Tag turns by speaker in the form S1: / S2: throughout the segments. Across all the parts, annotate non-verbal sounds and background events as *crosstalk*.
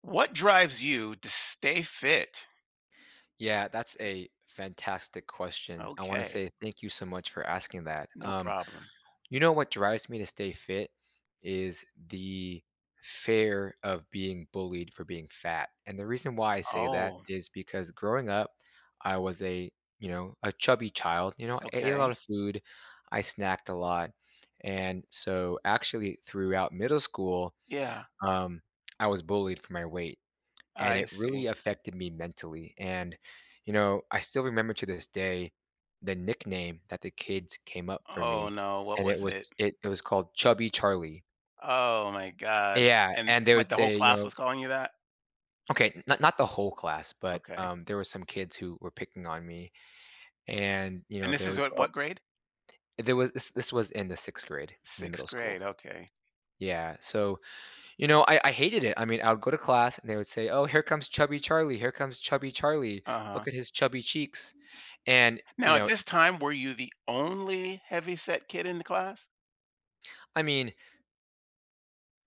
S1: What drives you to stay fit?
S2: Yeah, that's a fantastic question. I want to
S1: Okay,
S2: say thank you so much for asking that.
S1: no problem.
S2: You know, what drives me to stay fit is the fear of being bullied for being fat. And the reason why I say that
S1: Oh,
S2: is because growing up, I was a, you know, a chubby child. You know, I ate a lot
S1: okay.
S2: of food, I snacked a lot. And so actually throughout middle school,
S1: Yeah,
S2: um, I was bullied for my weight and
S1: I
S2: it really
S1: see.
S2: affected me mentally. And, you know, I still remember to this day the nickname that the kids came up for
S1: Oh
S2: me,
S1: no, what
S2: and it
S1: was
S2: was
S1: it?
S2: it it was called Chubby Charlie.
S1: Oh my God.
S2: Yeah,
S1: And
S2: and they
S1: what
S2: would
S1: the whole
S2: say, you
S1: class
S2: know,
S1: was calling you that?
S2: okay, not the whole class, but,
S1: Okay.
S2: there were some kids who were picking on me, and, you
S1: And
S2: know,
S1: this
S2: they
S1: is
S2: would
S1: what
S2: go
S1: what grade?
S2: there was this was in the 6th grade in the
S1: Sixth
S2: middle
S1: grade.
S2: school.
S1: Okay.
S2: Yeah, so you know, I hated it. I mean, I would go to class and they would say, "Oh, here comes chubby Charlie. Here comes chubby Charlie.
S1: Uh-huh.
S2: Look at his chubby cheeks." And, you
S1: Now at
S2: know,
S1: this time, were you the only heavy set kid in the class?
S2: I mean,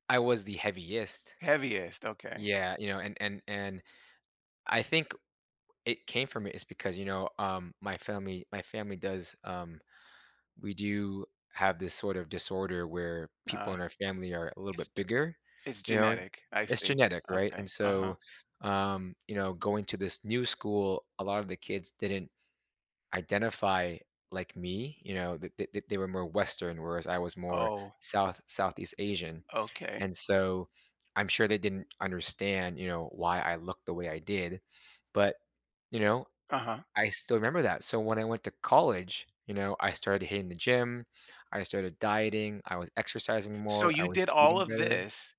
S2: I was the heaviest.
S1: Heaviest. Okay.
S2: Yeah, you know, and I think it came from it is because, you know, my family does, we do have this sort of disorder where people
S1: Uh,
S2: in our family are a little
S1: it's
S2: bit bigger,
S1: it's
S2: you know?
S1: genetic. I
S2: It's
S1: see.
S2: genetic, right?
S1: Okay.
S2: And
S1: Uh-huh.
S2: so, you know, going to this new school, a lot of the kids didn't identify like me, you know, they were more Western, whereas I was more
S1: Oh,
S2: Southeast Asian,
S1: okay.
S2: and so I'm sure they didn't understand, you know, why I looked the way I did, but you know,
S1: Uh-huh.
S2: I still remember that. So when I went to college, you know, I started hitting the gym, I started dieting, I was exercising
S1: So
S2: more, I
S1: you
S2: was
S1: did all
S2: eating
S1: of
S2: better.
S1: this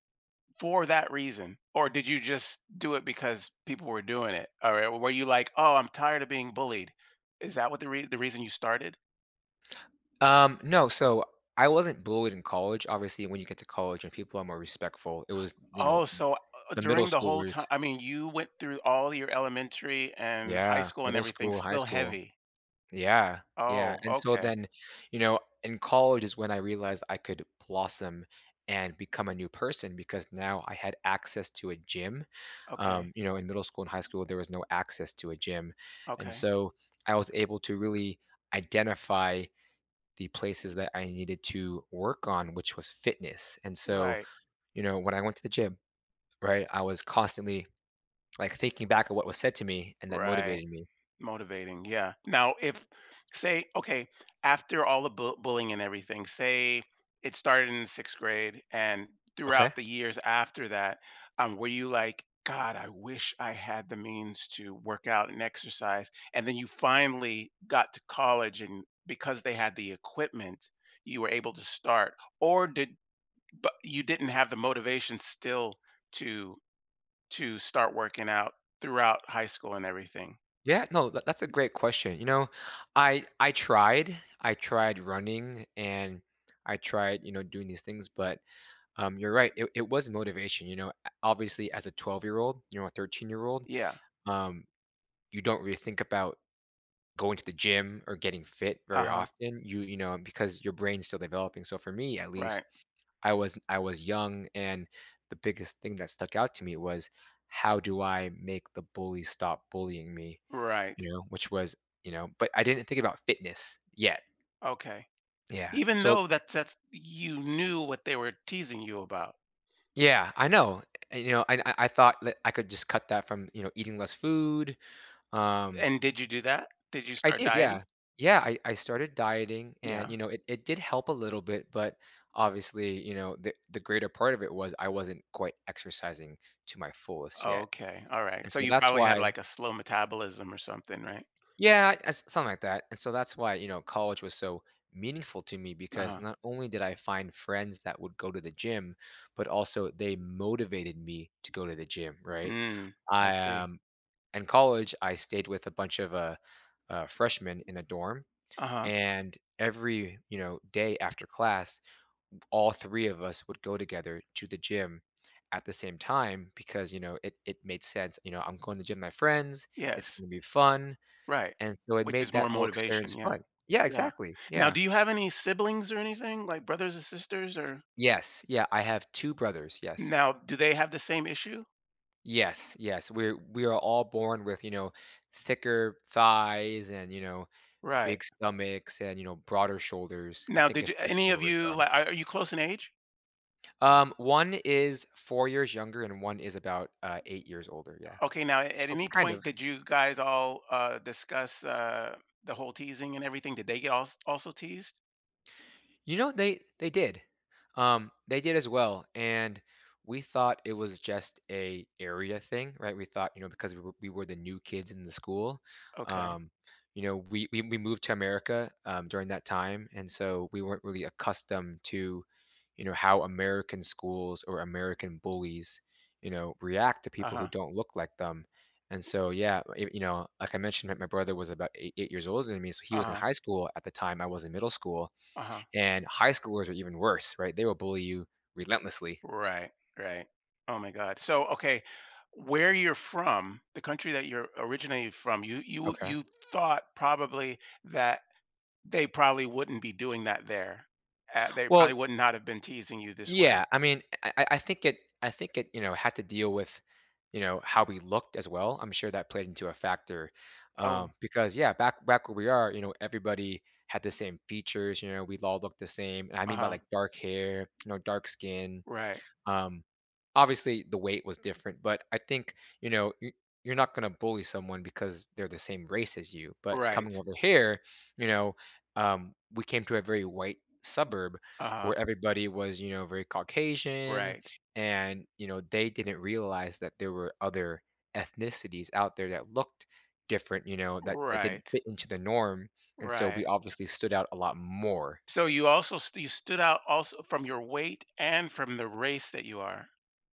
S1: for that reason, or did you just do it because people were doing it? All right, were you like, "Oh, I'm tired of being bullied." Is that what the rea the reason you started?
S2: No, so I wasn't bullied in college. Obviously, when you get to college and people are more respectful, it was, you know,
S1: Oh, so,
S2: the middle
S1: during the whole
S2: schoolers.
S1: time, I mean, you went through all your elementary and high
S2: Yeah,
S1: school and
S2: middle
S1: everything
S2: school, high
S1: still
S2: school.
S1: heavy.
S2: Yeah, yeah,
S1: Oh,
S2: and so
S1: okay,
S2: then, you know, in college is when I realized I could blossom and become a new person because now I had access to a gym.
S1: okay,
S2: You know, in middle school and high school, there was no access to a gym. And
S1: okay.
S2: so I was able to really identify the places that I needed to work on, which was fitness. And so,
S1: Right,
S2: you know, when I went to the gym, right, I was constantly like thinking back at what was said to me and that
S1: right.
S2: motivated me.
S1: Motivating, yeah. Now, if say, okay, after all the bullying and everything, say it started in sixth grade, and throughout
S2: Okay.
S1: the years after that, were you like, God, I wish I had the means to work out and exercise, and then you finally got to college, and because they had the equipment, you were able to start, or did but you didn't have the motivation still to start working out throughout high school and everything?
S2: Yeah, no, that's a great question. You know, I tried, I tried running and I tried, you know, doing these things, but you're right. It was motivation. You know, obviously, as a 12-year-old year old, you know, a 13-year-old year old,
S1: Yeah.
S2: um, you don't really think about going to the gym or getting fit
S1: Uh
S2: very
S1: huh.
S2: often. You know, because your brain's still developing. So for me, at
S1: Right.
S2: least, I was young, and the biggest thing that stuck out to me was how do I make the bully stop bullying me?
S1: Right.
S2: You know, which was, you know, but I didn't think about fitness yet.
S1: Okay.
S2: Yeah.
S1: Even
S2: So
S1: though that's you knew what they were teasing you about.
S2: yeah, I know. And, you know, and I thought that I could just cut that from, you know, eating less food. Um,
S1: And did you do that? Did you
S2: I
S1: start
S2: did,
S1: dieting?
S2: yeah. Yeah, I started dieting and,
S1: Yeah.
S2: you know, it did help a little bit, but obviously, you know, the greater part of it was I wasn't quite exercising to my fullest yet.
S1: Okay. All right.
S2: And
S1: So
S2: so
S1: you
S2: that's
S1: probably had
S2: why
S1: like a slow metabolism or something, right?
S2: yeah, something like that. And so that's why, you know, college was so meaningful to me because
S1: Uh-huh.
S2: not only did I find friends that would go to the gym, but also they motivated me to go to the gym, right?
S1: Mm, I
S2: I
S1: see.
S2: In college I stayed with a bunch of freshmen in a dorm
S1: Uh-huh.
S2: and every, you know, day after class, all three of us would go together to the gym at the same time because, you know, it made sense, you know, I'm going to the gym with my friends, it's
S1: Yes.
S2: going to be fun
S1: Right.
S2: and so it
S1: Which is
S2: made
S1: more
S2: that whole
S1: motivation.
S2: experience
S1: Yeah.
S2: fun. Yeah,
S1: Yeah.
S2: exactly,
S1: Now,
S2: yeah.
S1: do you have any siblings or anything, like brothers and sisters or
S2: Yes, yeah, I have 2 brothers, yes.
S1: now do they have the same issue?
S2: Yes, yes, we are all born with, you know, thicker thighs and, you know,
S1: Right.
S2: big stomachs and, you know, broader shoulders. I
S1: Now,
S2: think
S1: did
S2: it's
S1: you,
S2: just
S1: any
S2: where
S1: of
S2: we're
S1: you
S2: from.
S1: like are you close in age?
S2: One is 4 years younger and one is about, 8 years older, yeah.
S1: Okay, now at
S2: So
S1: any
S2: kind
S1: point
S2: of.
S1: did you guys all, discuss, the whole teasing and everything? Did they get also teased?
S2: You know, they did. They did as well, and we thought it was just a area thing, right? We thought, you know, because we were the new kids in the school,
S1: Okay.
S2: um, you know, we moved to America during that time, and so we weren't really accustomed to, you know, how American schools or American bullies, you know, react to people who
S1: Uh-huh,
S2: don't look like them. And so, yeah, you know, like I mentioned, my brother was about 8 years older than me, so he was in
S1: uh-huh,
S2: high school at the time. I was in middle school,
S1: uh-huh.
S2: and high schoolers are even worse, right? They will bully you relentlessly.
S1: Right, right. Oh my god. So, okay, where you're from, the country that you're originally from, you you
S2: Okay.
S1: you thought probably that they probably wouldn't be doing that there. They
S2: Well,
S1: probably would not have been teasing you this way.
S2: yeah, I mean, I think it I think it, you know, had to deal with, you know, how we looked as well. I'm sure that played into a factor,
S1: Oh,
S2: because yeah, back where we are, you know, everybody had the same features. You know, we all looked the same. And I mean by
S1: uh-huh.
S2: like dark hair, you know, dark skin.
S1: Right,
S2: Um, Obviously, the weight was different, but I think, you know, you're not going to bully someone because they're the same race as you. But
S1: right.
S2: coming over here, you know, we came to a very white suburb
S1: Uh-huh.
S2: where everybody was, you know, very Caucasian.
S1: Right,
S2: And, you know, they didn't realize that there were other ethnicities out there that looked different, you know, that didn't
S1: right,
S2: fit into the norm. And so we
S1: right.
S2: obviously stood out a lot more.
S1: So you also st you stood out also from your weight and from the race that you are.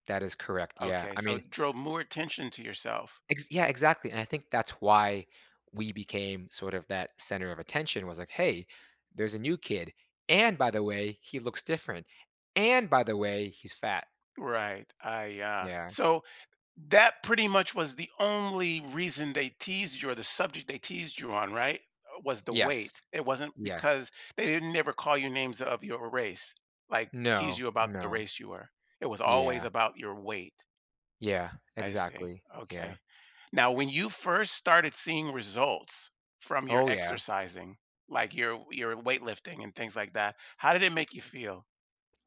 S2: That is correct. Yeah.
S1: Okay,
S2: I
S1: so
S2: mean,
S1: it drove more attention to yourself.
S2: Ex yeah, exactly, and I think that's why we became sort of that center of attention was like, "Hey, there's a new kid, and by the way, he looks different, and by the way, he's fat."
S1: Right,
S2: Yeah.
S1: so that pretty much was the only reason they teased you or the subject they teased you on, right? Was the
S2: Yes.
S1: weight. It wasn't
S2: Yes.
S1: because they didn't never call you names of your race, like, tease
S2: No,
S1: you about the
S2: no.
S1: race you were. It was always
S2: Yeah.
S1: about your weight.
S2: Yeah,
S1: I see,
S2: exactly. Yeah.
S1: okay. Now, when you first started seeing results from your
S2: Oh, yeah.
S1: exercising, like your weightlifting and things like that, how did it make you feel?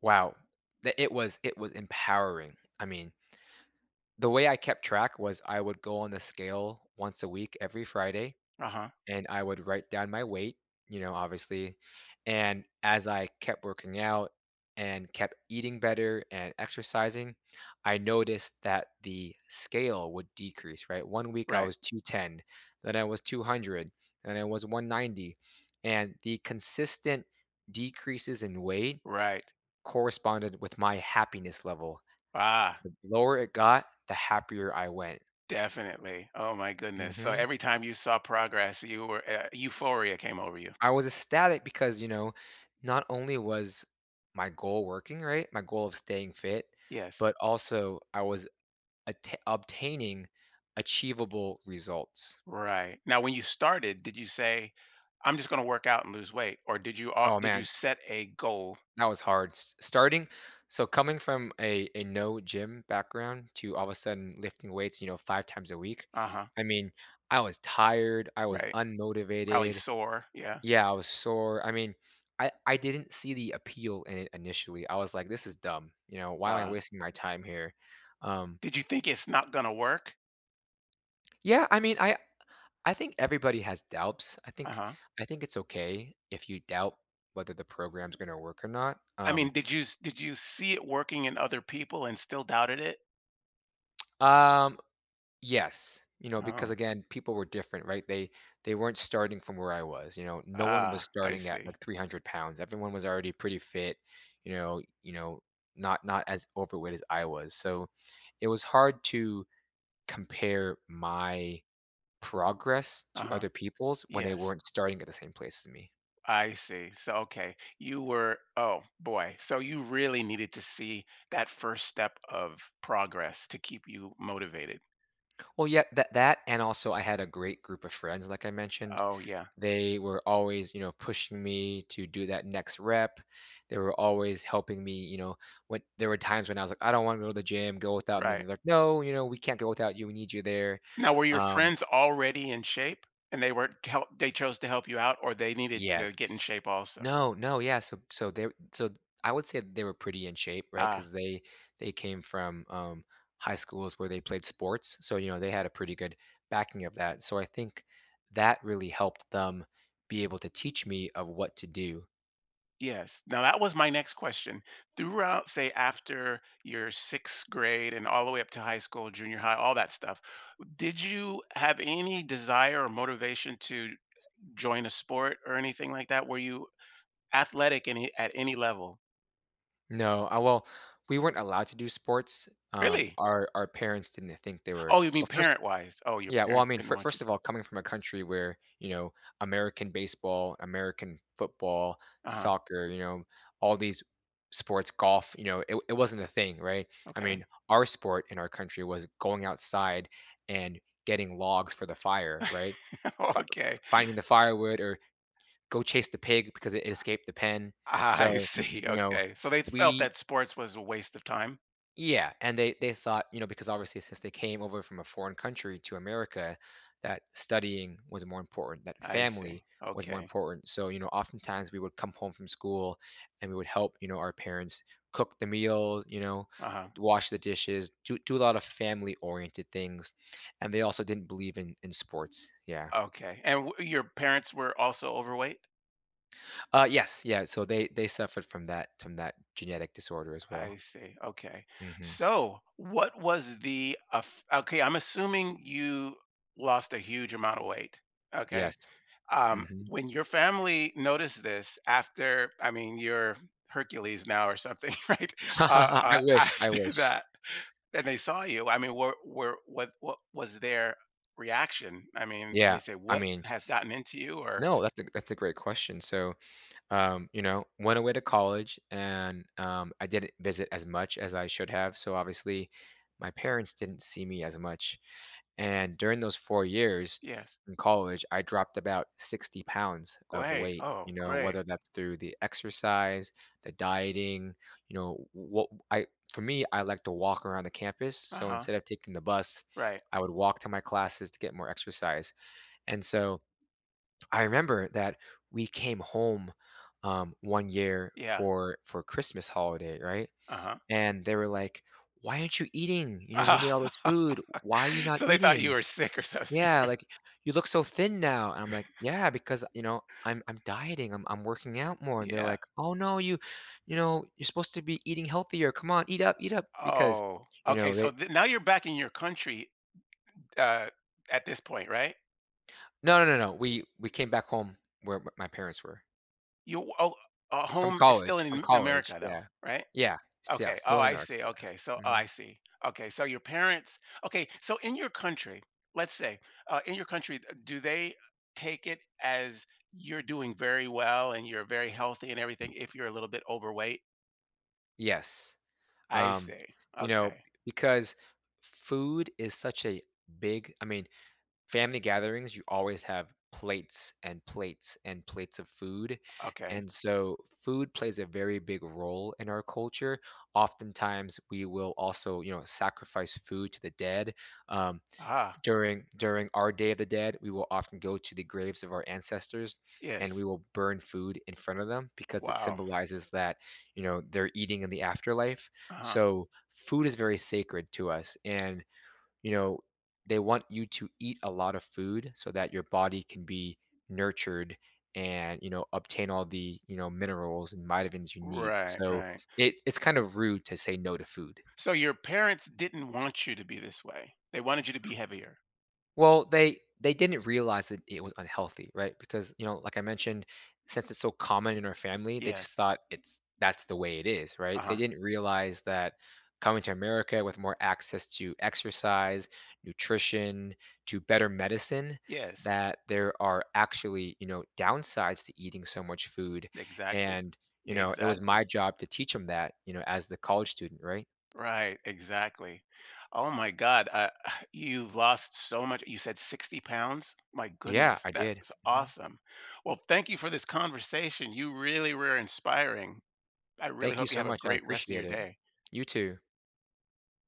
S2: Wow. Th It was empowering. I mean, the way I kept track was I would go on the scale once a week every Friday
S1: Uh-huh.
S2: and I would write down my weight, you know, obviously. And as I kept working out and kept eating better and exercising, I noticed that the scale would decrease, right? One week I
S1: Right.
S2: was 210, then I was 200, then I was 190. And the consistent decreases in weight
S1: Right.
S2: corresponded with my happiness level.
S1: Ah,
S2: The lower it got, the happier I went.
S1: definitely. Oh my goodness. So
S2: Hmm.
S1: every time you saw progress, you were euphoria came over you.
S2: I was ecstatic because, you know, not only was my goal working, right? My goal of staying fit,
S1: Yes.
S2: but also I was atta obtaining achievable results.
S1: Right. Now, when you started, did you say, "I'm just going to work out and lose weight," or
S2: Oh,
S1: did you
S2: man,
S1: set a goal?
S2: that was hard. S Starting so coming from a no gym background to all of a sudden lifting weights, you know, 5 times a week,
S1: Uh-huh.
S2: I mean, I was tired, I was
S1: Right. Probably
S2: unmotivated,
S1: sore. Yeah.
S2: yeah, I was sore. I mean, I didn't see the appeal in it initially. I was like, "This is dumb. You know, why am I
S1: Uh,
S2: wasting my time here?" Um,
S1: did you think it's not going to work?
S2: yeah, I mean, I think everybody has doubts.
S1: Uh-huh.
S2: I think it's okay if you doubt whether the program's gonna work or not.
S1: I mean, did you see it working in other people and still doubted it?
S2: Um, Yes, you know, because
S1: Oh,
S2: again, people were different, right? They weren't starting from where I was, you know. No one
S1: ah,
S2: was
S1: I
S2: starting at
S1: see.
S2: like 300 pounds. Everyone was already pretty fit, you know, not as overweight as I was. So it was hard to compare my progress to
S1: Uh-huh.
S2: other people's when they
S1: Yes,
S2: weren't starting at the same place as me.
S1: I see. So, okay, you were oh, boy. So you really needed to see that first step of progress to keep you motivated.
S2: Well, yeah, that and also I had a great group of friends, like I mentioned.
S1: Oh, yeah,
S2: They were always pushing me to do that next rep. They were always helping me. When there were times when I was like, "I don't want to go to the gym. Go without me." And
S1: right.
S2: they're like, "No, we can't go without you. We need you there."
S1: Now, were your
S2: um
S1: friends already in shape and they were to help they chose to help you out or they needed to get in
S2: yes.
S1: shape also?
S2: No. Yeah, so they— so I would say they were pretty in shape, right?
S1: Ah.
S2: Because they— they came from high schools where they played sports, so you know they had a pretty good backing of that. So I think that really helped them be able to teach me of what to do.
S1: Yes. Now that was my next question. Throughout, say, after your sixth grade and all the way up to high school, junior high, all that stuff, did you have any desire or motivation to join a sport or anything like that? Were you athletic any at any level?
S2: No, well, we weren't allowed to do sports.
S1: Really?
S2: Our parents didn't think they were—
S1: Oh, you mean
S2: well, first,
S1: parent-wise? Oh, your
S2: yeah, well, I
S1: parents
S2: mean,
S1: didn't want you
S2: first of all, coming from a country where, you know, American baseball, American football,
S1: to. Uh-huh.
S2: soccer, you know, all these sports, golf, you know, it wasn't a thing, right? I
S1: Okay.
S2: mean, our sport in our country was going outside and getting logs for the fire, right? Fi
S1: *laughs* Okay.
S2: Finding the firewood, or go chase the pig because it escaped the pen.
S1: I
S2: So,
S1: see.
S2: you know,
S1: Okay. So they felt
S2: we—
S1: that sports was a waste of time?
S2: yeah, and they thought, you know, because obviously since they came over from a foreign country to America, that studying was more important, that
S1: I see.
S2: family was more
S1: Okay.
S2: important. So, you know, oftentimes we would come home from school and we would help, you know, our parents cook the meal, you know,
S1: Uh-huh.
S2: wash the dishes, do a lot of family oriented things. And they also didn't believe in sports. Yeah.
S1: Okay. And w your parents were also overweight?
S2: Yes, yeah, so they suffered from that— from that genetic disorder as
S1: I
S2: well.
S1: see. Okay.
S2: Mhm.
S1: So, what was the okay? I'm assuming you lost a huge amount of weight. Okay.
S2: Yes. Mhm.
S1: When your family noticed this after, I mean, you're Hercules now or something, *laughs* right?
S2: *laughs* I
S1: *laughs*
S2: wish, I
S1: After
S2: wish.
S1: that, and they saw you. I mean, were what was their reaction? I mean, did they
S2: Yeah,
S1: say
S2: I
S1: what
S2: mean,
S1: has gotten into you? Or
S2: no, that's a great question. So, you know, went away to college and, I didn't visit as much as I should have, so obviously, my parents didn't see me as much, and during those 4 years
S1: yes,
S2: in college, I dropped about 60 pounds of
S1: great.
S2: weight,
S1: Oh,
S2: you know,
S1: great.
S2: whether that's through the exercise, the dieting, you know, what I— for me, I like to walk around the campus,
S1: Uh
S2: so
S1: huh.
S2: instead of taking the bus,
S1: Right.
S2: I would walk to my classes to get more exercise. And so I remember that we came home, one year
S1: Yeah.
S2: for Christmas holiday, right?
S1: Uh
S2: And they were like, "Why aren't you eating? You know, we made all this
S1: huh.
S2: food. Why
S1: *laughs*
S2: are you
S1: *laughs*
S2: not
S1: So they thought you
S2: eating?
S1: were sick or something.
S2: Yeah,
S1: *laughs*
S2: like you look so thin now." And I'm like, "Yeah, because, you know, I'm dieting. I'm working out more." And they're
S1: Yeah.
S2: like, "Oh no, you— you know, you're supposed to be eating healthier. Come on, eat up, eat up." Because,
S1: Oh,
S2: you
S1: okay.
S2: know,
S1: So
S2: they—
S1: now you're back in your country uh, at this point, right?
S2: no, no, no, no. We came back home where m my parents were.
S1: You Oh, home is still in
S2: From college,
S1: America though,
S2: yeah.
S1: right?
S2: Yeah, s yeah,
S1: Okay. Oh,
S2: still in
S1: I
S2: America,
S1: see. Okay. So
S2: yeah.
S1: oh,
S2: Mhm.
S1: I see. Okay. So your parents. Okay. So in your country, let's say in your country, do they take it as you're doing very well and you're very healthy and everything if you're a little bit overweight?
S2: Yes,
S1: I
S2: um,
S1: see.
S2: you know,
S1: Okay.
S2: because food is such a big— I mean, family gatherings, you always have plates and plates and plates of food,
S1: Okay.
S2: and so food plays a very big role in our culture. Oftentimes, we will also, you know, sacrifice food to the dead, um
S1: Ah.
S2: During our Day of the Dead, we will often go to the graves of our ancestors and
S1: Yes.
S2: we will burn food in front of them because it
S1: Wow.
S2: symbolizes that, you know, they're eating in the afterlife.
S1: Uh huh.
S2: So food is very sacred to us. And, you know, they want you to eat a lot of food so that your body can be nurtured and, you know, obtain all the, you know, minerals and vitamins you need.
S1: Right,
S2: So
S1: right.
S2: it's kind of rude to say no to food.
S1: So your parents didn't want you to be this way. They wanted you to be heavier.
S2: Well, they didn't realize that it was unhealthy, right? Because, you know, like I mentioned, since it's so common in our family, they just
S1: Yes.
S2: thought it's— that's the way it is, right? They
S1: Uh-huh.
S2: didn't realize that coming to America with more access to exercise, nutrition, to better medicine,
S1: Yes.
S2: that there are actually, you know, downsides to eating so much food.
S1: Exactly.
S2: And, you know, it was
S1: Exactly.
S2: my job to teach them that, you know, as the college student, right?
S1: Right, exactly. Oh my God. *sighs* You've lost so much. You said 60 pounds? My
S2: Yeah,
S1: goodness,
S2: I did.
S1: that's
S2: Mhm.
S1: awesome. Well, thank you for this conversation. You really were inspiring. I really
S2: Thank you
S1: hope you
S2: so
S1: have a
S2: much. I
S1: great rest of your
S2: appreciate it.
S1: day.
S2: You too.